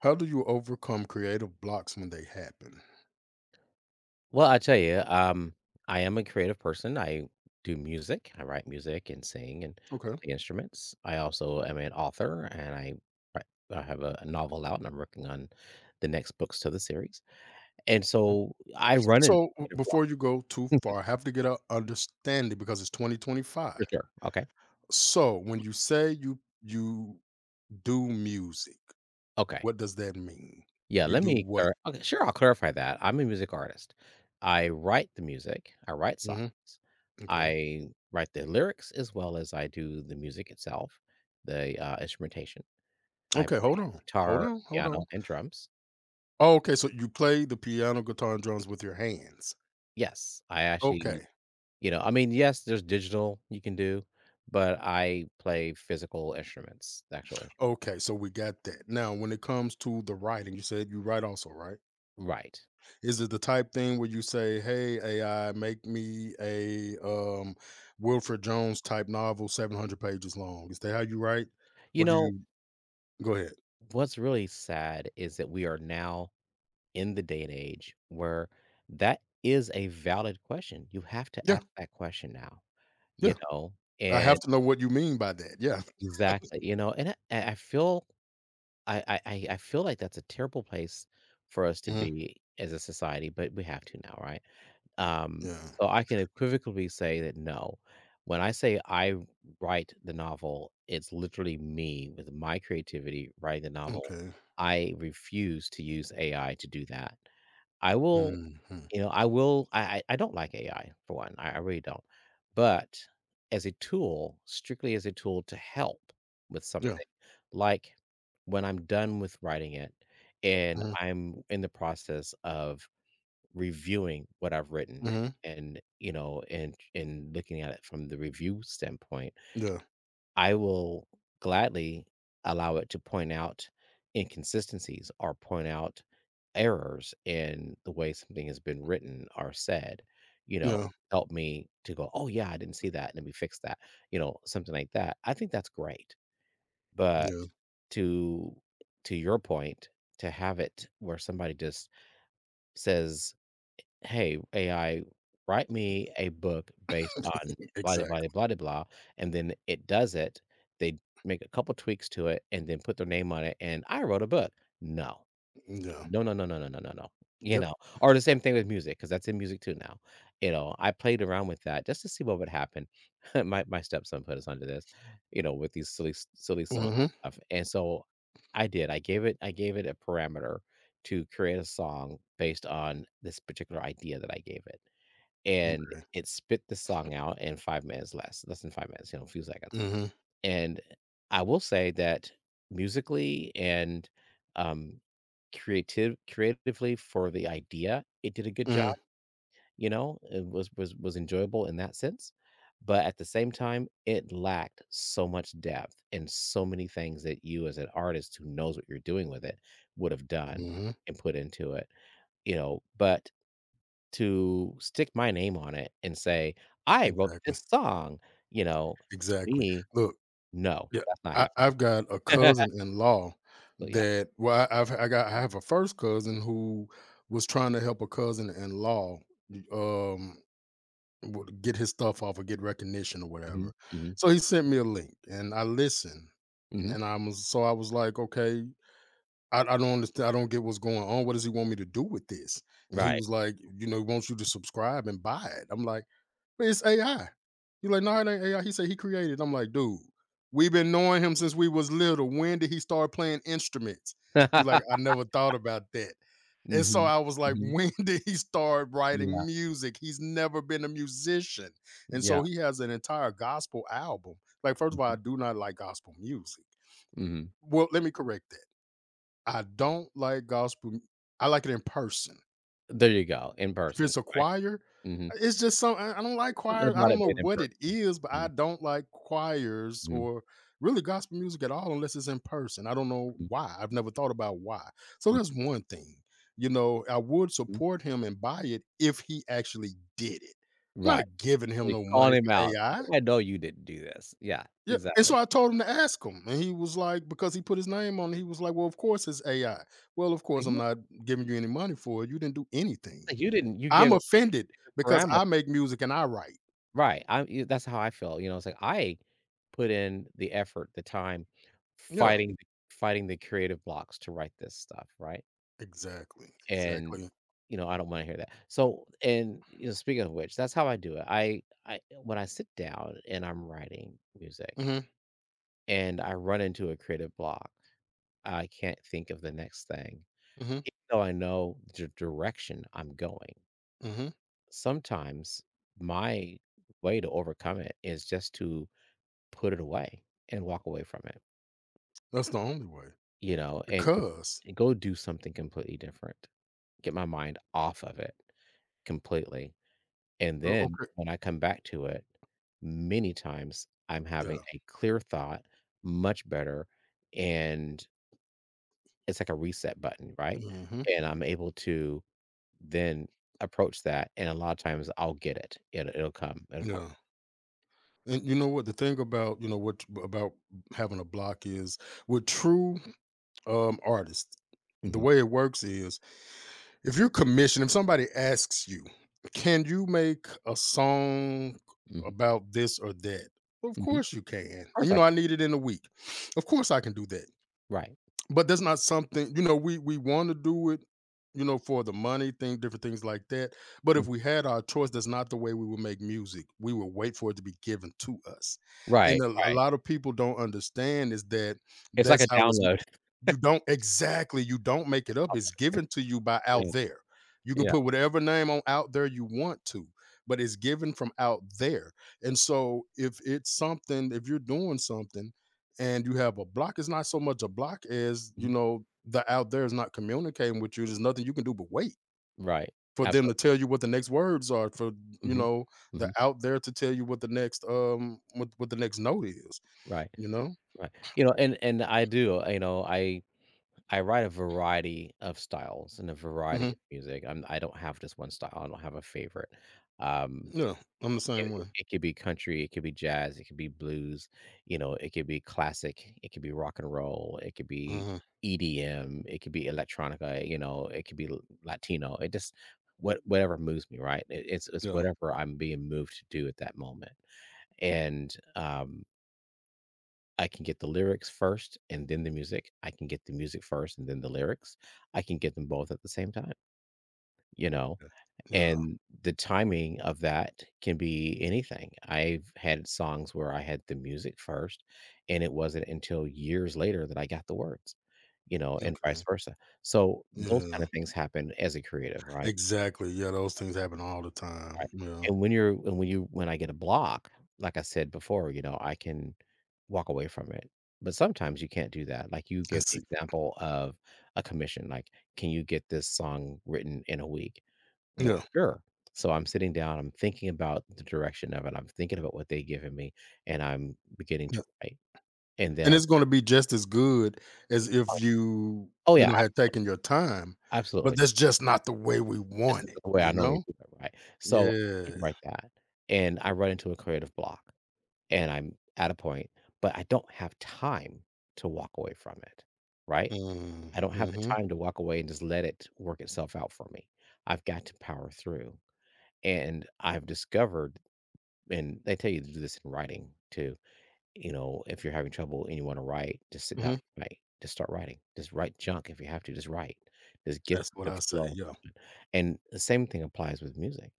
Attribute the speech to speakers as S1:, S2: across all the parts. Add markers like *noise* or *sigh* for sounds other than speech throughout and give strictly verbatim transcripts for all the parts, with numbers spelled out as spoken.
S1: How do you overcome creative blocks when they happen?
S2: Well, I tell you, um, I am a creative person. I do music. I write music and sing and
S1: Okay.
S2: play instruments. I also am an author, and I write- I have a, a novel out, and I'm working on the next books to the series. And so I run into
S1: So w-
S2: creative block
S1: before you go too far, I have to get a understanding because it's twenty twenty-five.
S2: for sure. Okay,
S1: So when you say you you do music,
S2: okay,
S1: what does that mean?
S2: yeah.
S1: You
S2: Let
S1: do
S2: me.
S1: what?
S2: clar- Okay, sure. I'll clarify that. I'm a music artist. I write the music. I write songs.
S1: hmm Okay.
S2: I write the lyrics as well as I do the music itself, the uh, instrumentation. I
S1: Okay. Hold on. Hold
S2: guitar,
S1: on. Hold
S2: piano,
S1: on.
S2: and drums.
S1: Oh, okay. So you play the piano, guitar, and drums with your hands.
S2: Yes, I actually
S1: Okay.
S2: you know, I mean, yes, there's digital you can do, but I play physical instruments, the actual instruments.
S1: Okay. So we got that. Now, when it comes to the writing, you said you write also, right?
S2: Right.
S1: Is it the type thing where you say, "Hey, A I, make me a um, Wilfred Jones type novel, seven hundred pages long"? Is that how you write,
S2: You
S1: or do
S2: know,
S1: you go ahead?
S2: what's really sad is that we are now in the day and age where that is a valid question. You have to
S1: Yeah,
S2: ask that question now, you
S1: yeah.
S2: know?
S1: I have
S2: And
S1: to know what you mean by that. Yeah.
S2: exactly, you know, and I, I feel I, I I I feel like that's a terrible place for us to
S1: Mhm.
S2: be as a society, but we have to now, right? Um,
S1: Yeah.
S2: so I can equivocally say that no. When I say I write the novel, it's literally me with my creativity writing the novel.
S1: Okay.
S2: I refuse to use A I to do that. I will,
S1: Mhm.
S2: you know, I will. I I I don't like A I for one. I, I really don't. But as a tool, strictly as a tool to help with
S1: Yeah.
S2: something, like when I'm done with writing it, and
S1: Mhm.
S2: I'm in the process of reviewing what I've written
S1: Mhm.
S2: and, you know, and and looking at it from the review standpoint,
S1: Yeah.
S2: I will gladly allow it to point out inconsistencies or point out errors in the way something has been written or said, you know,
S1: Yeah.
S2: help me to go, "Oh, yeah, I didn't see that. Let me fix that." You know, something like that. I think that's great. But
S1: Yeah.
S2: to to your point, to have it where somebody just says, "Hey, A I, write me a book based on
S1: *laughs*
S2: blah de blah de
S1: Exactly.
S2: blah de blah," and then it does it. They make a couple tweaks to it and then put their name on it, and I wrote a book. No.
S1: Yeah.
S2: No, no, no, no, no, no, no, no, you
S1: Yep.
S2: know? Or the same thing with music, because that's in music too now, you know? I played around with that just to see what would happen. *laughs* My my stepson put us under this, you know, with these silly s silly song
S1: Mhm.
S2: stuff, and so I did. I gave it I gave it a parameter to create a song based on this particular idea that I gave it, and
S1: Okay.
S2: it spit the song out in five minutes, less less than five minutes, you know, a few seconds.
S1: Mhm.
S2: And I will say that musically and, um, creative creatively for the idea, it did a good job,
S1: Mhm.
S2: you know, it was was was enjoyable in that sense, but at the same time, it lacked so much depth and so many things that you as an artist who knows what you're doing with it would have done
S1: Mhm.
S2: and put into it, you know, but to stick my name on it and say, "I wrote
S1: Exactly.
S2: this song," you know, to
S1: Exactly.
S2: me,
S1: Look.
S2: no,
S1: Yeah,
S2: that's not
S1: I I've
S2: happening.
S1: got a
S2: *laughs*
S1: cousin-in-law
S2: But yeah.
S1: that well, I I've I got I have a first cousin who was trying to help a cousin-in-law, um, w get his stuff off or get recognition or
S2: Mhm,
S1: whatever.
S2: mhm,
S1: So he sent me a link, and I listened,
S2: mhm.
S1: and I was so I was like, "Okay, I I don't understand I don't get what's going on. What does he want me to do with this?" And he
S2: Right.
S1: was like, "You know, he wants you to subscribe and buy it." I'm like it's A I. You like, no, it ain't A I. He said he created it." I'm like, dude, we've been knowing him since we was little. When did he start playing instruments? You like, I
S2: *laughs*
S1: never thought about that. And so
S2: Mhm,
S1: I was like,
S2: mhm.
S1: when *laughs* did he start writing
S2: Yeah,
S1: music? He's never been a musician. And
S2: yeah.
S1: so he has an entire gospel album. Like, first of all, I
S2: Mhm,
S1: do not like gospel music.
S2: mhm.
S1: Well, let me correct that. I don't like gospel. m- I like it in person.
S2: There you go, in
S1: If
S2: person,
S1: it's a
S2: right?
S1: choir,
S2: Mhm.
S1: it's just some I I don't like
S2: Something
S1: choir I
S2: about
S1: don't
S2: it
S1: know
S2: being in
S1: what it
S2: person.
S1: is, but I
S2: Mhm,
S1: don't like choirs
S2: mhm,
S1: or really gospel music at all unless it's in person. I don't know
S2: mhm,
S1: why. I've never thought about why. So
S2: mhm,
S1: that's one thing. You know, I would
S2: mhm.
S1: support him and buy it if he actually did it. I'm
S2: Right.
S1: not giving him
S2: They
S1: no
S2: calling
S1: money
S2: him
S1: for
S2: out.
S1: A I.
S2: "Hey, I know you didn't do this." Yeah,
S1: Yeah, and
S2: exactly.
S1: so I told him to ask him, and he was like, because he put his name on it, he was like, "Well, of course it's A I." Well, of course
S2: Like,
S1: I'm
S2: "No,
S1: not giving you any money for it. You didn't do
S2: like,
S1: anything.
S2: you didn't. You gave
S1: I'm
S2: it
S1: offended
S2: the
S1: because
S2: parameter."
S1: I make music and I write.
S2: Right. I'm e that's how I feel, you know, it's like, I put in the effort, the time,
S1: Yeah,
S2: fighting fighting the creative blocks to write this stuff, right?
S1: exactly,
S2: And
S1: exactly.
S2: you know, I don't want to hear that. So, and you know, speaking of which, that's how I do it. I I when I sit down and I'm writing music
S1: Mhm,
S2: and I run into a creative block, I can't think of the next thing,
S1: mhm,
S2: even though I know the direction I'm going.
S1: mhm.
S2: Sometimes my way to overcome it is just to put it away and walk away from it,
S1: That's the only way
S2: you know, and go,
S1: because
S2: go do something completely different, get my mind off of it completely. And
S1: o-
S2: then
S1: okay,
S2: when I come back to it, many times I'm having
S1: yeah,
S2: a clear thought, much better, and it's like a reset button, right?
S1: mhm,
S2: And I'm able to then approach that, and a lot of times I'll get it. It it'll come. It'll come.
S1: yeah. And you know what? The thing about you know what about having a block is with true um artists, the
S2: Mhm,
S1: way it works is if you're commissioned, if somebody asks you, can you make a song
S2: mhm,
S1: about this or that? Of
S2: mhm. Of
S1: course you can. And
S2: course
S1: you
S2: I
S1: know, I
S2: can.
S1: need it in a week. Of course I can do that.
S2: Right.
S1: But that's not something, you know, we we want to do it, you know, for the money thing, different things like that. But
S2: Mm.
S1: if we had our choice, that's not the way we would make music. We would wait for it to be given to us. And
S2: Right,
S1: a, a
S2: right.
S1: lot of people don't understand is that
S2: It's like
S1: that's
S2: a
S1: how it's
S2: download. *laughs*
S1: you don't exactly, you don't make it up, it's given to you by
S2: Yeah,
S1: out there. You can
S2: yeah.
S1: put whatever name on out there you want to, but it's given from out there. And so if it's something, if you're doing something and you have a block, it's not so much a block as, you
S2: Mhm.
S1: know, the out there is not communicating with you. There's nothing you can do but wait
S2: Right.
S1: for them to
S2: Absolutely.
S1: tell you what the next words are, for you
S2: Mhm,
S1: know, the
S2: mhm.
S1: out there to tell you what the next um what, what the next note is,
S2: Right,
S1: you know?
S2: right. You know, and and I do, you know, I I write a variety of styles and a variety
S1: hmm
S2: of music. I'm I don't have just one style. I don't have a favorite. Um,
S1: Yeah, I'm the same
S2: it, it,
S1: way.
S2: It could be country, it could be jazz, it could be blues, you know, it could be classic, it could be rock and roll, it could be
S1: Mhm.
S2: E D M, it could be electronica, you know, it could be l- Latino. It just what whatever moves me, right? It, it's it's
S1: Yeah.
S2: whatever I'm being moved to do at that moment. And um I can get the lyrics first and then the music. I can get the music first and then the lyrics. I can get them both at the same time, you know?
S1: Yeah.
S2: And the timing of that can be anything. I've had songs where I had the music first, and it wasn't until years later that I got the words, you know,
S1: Yeah,
S2: and vice
S1: okay.
S2: versa. So those kind
S1: Yeah,
S2: of things happen as a creative, right?
S1: exactly. Yeah, those things happen all the
S2: Right,
S1: time. Yeah.
S2: and when you're and when you when I get a block, like I said before, you know, I can walk away from it, but sometimes you can't do that, like, you
S1: And
S2: give the
S1: see
S2: example of a commission, like, "Can you get this song written in a week?" Well,
S1: yeah,
S2: sure, so I'm sitting down, I'm thinking about the direction of it, I'm thinking about what they've given me, and I'm beginning to
S1: yeah,
S2: write, and
S1: and
S2: then I
S1: it's gonna be just as good as
S2: oh,
S1: if you,
S2: oh,
S1: you
S2: yeah,
S1: know,
S2: ab
S1: had taken your time,
S2: absolutely,
S1: but
S2: yeah,
S1: that's just not the way we
S2: this is
S1: want it,
S2: the way
S1: you
S2: I normally
S1: know?
S2: do it, right? So, I
S1: Yeah.
S2: write that, and I run into a creative block. And I'm at a point, but I don't have time to walk away from it, right?
S1: Mm,
S2: I don't have the
S1: mhm,
S2: time to walk away and just let it work itself out for me. I've got to power through. And I've discovered, and they tell you to do this in writing too, you know, if you're having trouble and you want to write, just sit down
S1: mhm.
S2: and write. Just start writing. Just write junk if you have to. Just write. Just get
S1: That's what
S2: the
S1: I say,
S2: flow
S1: yeah.
S2: going. And the same thing applies with music.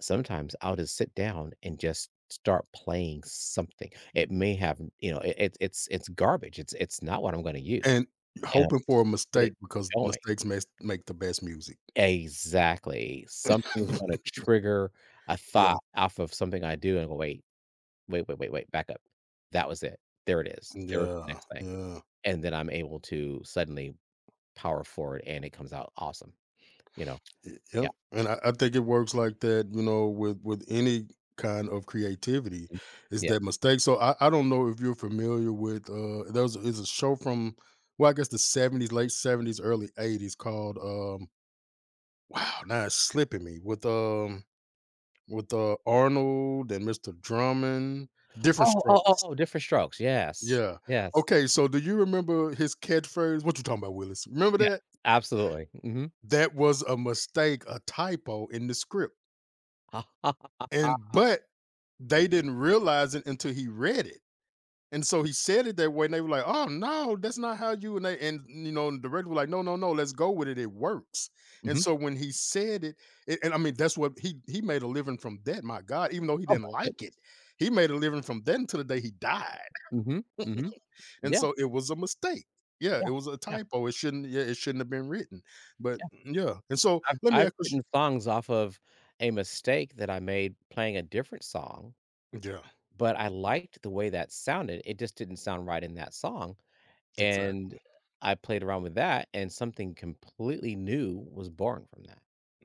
S2: Sometimes I'll just sit down and just start playing something. It may have, you know, it, it's it's it's garbage. It's it's not what I'm going to use.
S1: And
S2: And I
S1: hoping for a
S2: get it
S1: mistake because
S2: going.
S1: mistakes make make the best music.
S2: Exactly. Something's going to
S1: *laughs*
S2: trigger a
S1: Yeah.
S2: thought off of something I do and go, wait, wait, wait, wait, wait, back up. That was it. There it is. There's the
S1: Yeah,
S2: next thing.
S1: yeah.
S2: And then I'm able to suddenly power forward and it comes out awesome, you know?
S1: Y-
S2: Yeah.
S1: Yep, and I, I think it works like that, you know, with with any kind of creativity,
S2: Mm.
S1: is
S2: Yeah.
S1: that mistake. So I, I don't know if you're familiar with uh there was is a show from well, I guess the seventies, late seventies, early eighties called um wow, now it's slipping me with um with uh Arnold and Mister Drummond, Different
S2: Oh, oh, oh,
S1: Strokes.
S2: oh, Different Strokes. Yes.
S1: Yeah.
S2: Yes.
S1: Okay, so do you remember his catchphrase? What you talking about, Willis? Remember
S2: Yeah.
S1: that?
S2: Absolutely. Mhm.
S1: That was a mistake, a typo in the script. And but they didn't realize it until he read it. And so he said it that way, and they were like, "Oh no, that's not how you." And they, and you know, the director was like, "No, no, no, let's go with it. It works." And
S2: Mhm.
S1: so
S2: *laughs*
S1: when he said it, it and I mean, that's what he he made a living from that. My God, even though he
S2: Oh
S1: didn't
S2: my good.
S1: like it, he made a living from that until the day he died.
S2: Mhm, mm mhm.
S1: And
S2: Yeah,
S1: so it was a mistake. Yeah,
S2: yeah,
S1: it was a
S2: yeah,
S1: typo. It shouldn't. Yeah, it shouldn't have been written. But
S2: yeah.
S1: yeah, and so
S2: I've
S1: let me
S2: I've
S1: ask.
S2: written
S1: you-
S2: songs off of a mistake that I made playing a different song,
S1: Yeah,
S2: but I liked the way that sounded. It just didn't sound right in that song. And
S1: exactly.
S2: I played around with that, and something completely new was born from that,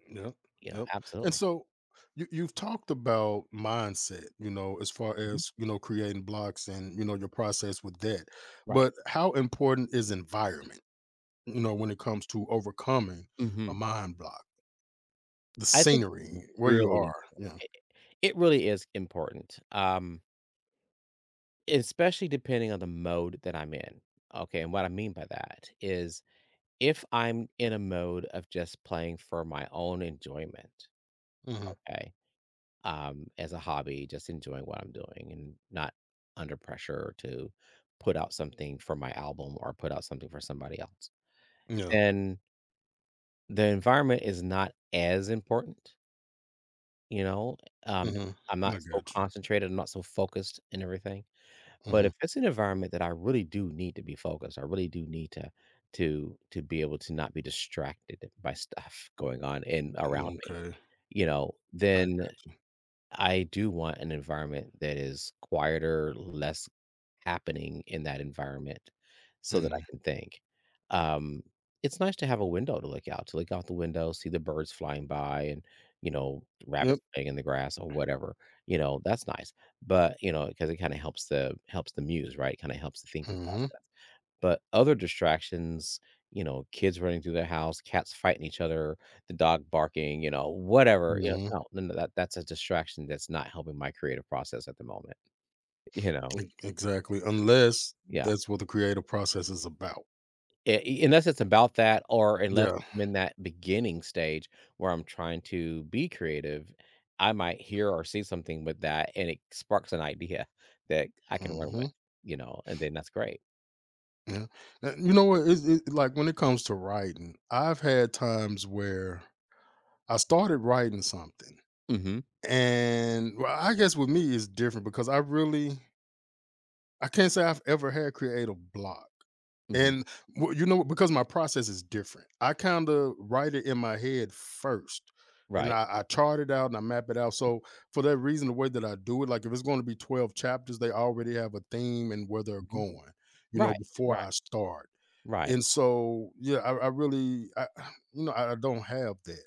S1: Yep,
S2: you know,
S1: yep. And
S2: absolutely.
S1: so you you've talked about mindset, you know, as far
S2: Mhm.
S1: as, you know, creating blocks and, you know, your process with that.
S2: Right.
S1: But how important is environment, you know, when it comes to overcoming a
S2: Mhm.
S1: mind block? The
S2: I think it's
S1: scenery, where you
S2: really important.
S1: are. Yeah.
S2: It it really is important, um, especially depending on the mode that I'm in, okay, and what I mean by that is if I'm in a mode of just playing for my own enjoyment,
S1: hmm
S2: okay? Um, as a hobby, just enjoying what I'm doing and not under pressure to put out something for my album or put out something for somebody else.
S1: Yeah.
S2: Then the environment is not as important, you know. Um,
S1: hmm
S2: I'm not
S1: I
S2: so
S1: got you.
S2: concentrated, I'm not so focused in everything. But
S1: hmm
S2: if it's an environment that I really do need to be focused, I really do need to to to be able to not be distracted by stuff *laughs* going on in around me,
S1: Okay.
S2: you know,
S1: I got
S2: then
S1: you.
S2: I do want an environment that is quieter, less happening in that environment so that I
S1: Mm.
S2: can think. Um, it's nice to have a window to look out, to look out the window, see the birds flying by and, you know,
S1: Yep.
S2: rabbits playing in the grass or whatever. You know, that's nice. But, you know, because it kind of helps the helps the muse, right? Kind of helps the thinking
S1: hmm
S2: process. But other distractions, you know, kids running through the house, cats fighting each other, the dog barking, you know, whatever, you know,
S1: hmm
S2: no, no, no, that that's a distraction that's not helping my creative process at the moment, you know?
S1: Exactly. Unless
S2: Yeah.
S1: that's what the creative process is about.
S2: I I Unless it's about that or unless
S1: Yeah.
S2: I'm in that beginning stage where I'm trying to be creative, I might hear or see something with that, and it sparks an idea *laughs* that I can run with,
S1: hmm
S2: you know, and then that's great.
S1: Yeah. Uh, You know what? It's, it, like when it comes to writing, I've had times where I started writing something,
S2: Mhm,
S1: and well, I guess with me it's different because I really I can't say I've ever had creative block.
S2: mhm.
S1: And w you know, what, because my process is different, I kinda write it in my head first, and
S2: Right.
S1: I I chart it out and I map it out, so for that reason, the way that I do it, like, if it's gonna be twelve chapters, they already have a theme and where they're
S2: Mhm.
S1: going, you know,
S2: Right,
S1: before
S2: right,
S1: I start,
S2: right.
S1: and so, yeah, I I really I *sighs* you know, I I don't have that.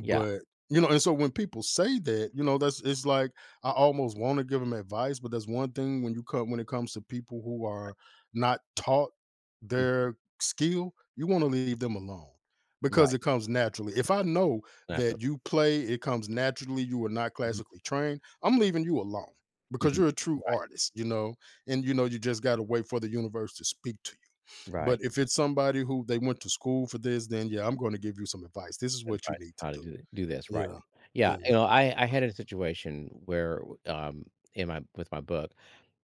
S2: Yeah.
S1: you know, and so when people say that, you know, that's it's like I almost want to give them advice, but that's one thing when you come when it comes to people who are not taught their skill, you want to leave them alone because
S2: Right,
S1: it comes naturally. If I know
S2: natural.
S1: that you play, it comes naturally, you are not
S2: Mhm,
S1: classically trained, I'm leaving you alone because
S2: mhm.
S1: you're a true
S2: Right,
S1: artist, you know, and you know you just got to wait for the universe to speak to you.
S2: right,
S1: But if it's somebody who they went to school for this, then yeah, I'm going to give you some advice. This is what you
S2: advice
S1: need
S2: on
S1: to
S2: how to do
S1: do
S2: th do this, right.
S1: yeah,
S2: Yeah,
S1: yeah.
S2: you know, I I had a situation where, um, in my with my book,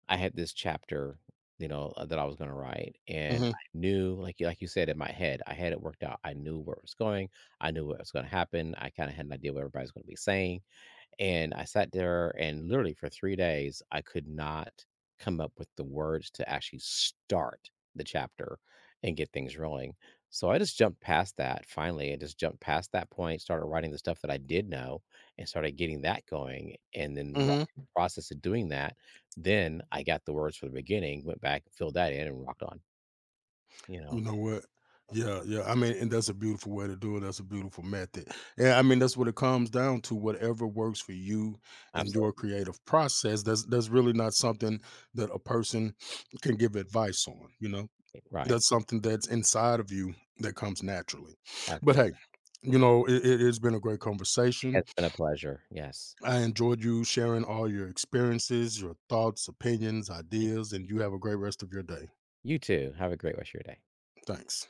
S2: I had this chapter, you know, uh, that I was gonna write, and
S1: Mhm,
S2: I knew, like you like you said, in my head, I had it worked out. I knew where it was going, I knew what was gonna happen, I kinda had an idea what everybody's gonna be saying. And I sat there and literally for three days, I could not come up with the words to actually start the chapter and get things rolling. So I just jumped past that finally I just jumped past that point, started writing the stuff that I did know and started getting that going. And then what the
S1: mhm.
S2: process of doing that, then I got the words for the beginning, went back, filled that in and rocked on, you
S1: You
S2: know?
S1: know what? Yeah, yeah, I mean, and that's a beautiful way to do it, that's a beautiful method. Yeah, I mean, that's what it comes down to, whatever works for you and
S2: Absolutely.
S1: your creative process, that's that's really not something that a person can give advice on, you know?
S2: Right.
S1: That's something that's inside of you that comes naturally. But
S2: Absolutely.
S1: hey, you know, it it it's been a great
S2: It has
S1: conversation.
S2: been a pleasure. Yes.
S1: I enjoyed you sharing all your experiences, your thoughts, opinions,
S2: Thank
S1: ideas, and you have a great rest of your day.
S2: You You too. Have a great rest of your day.
S1: Thanks.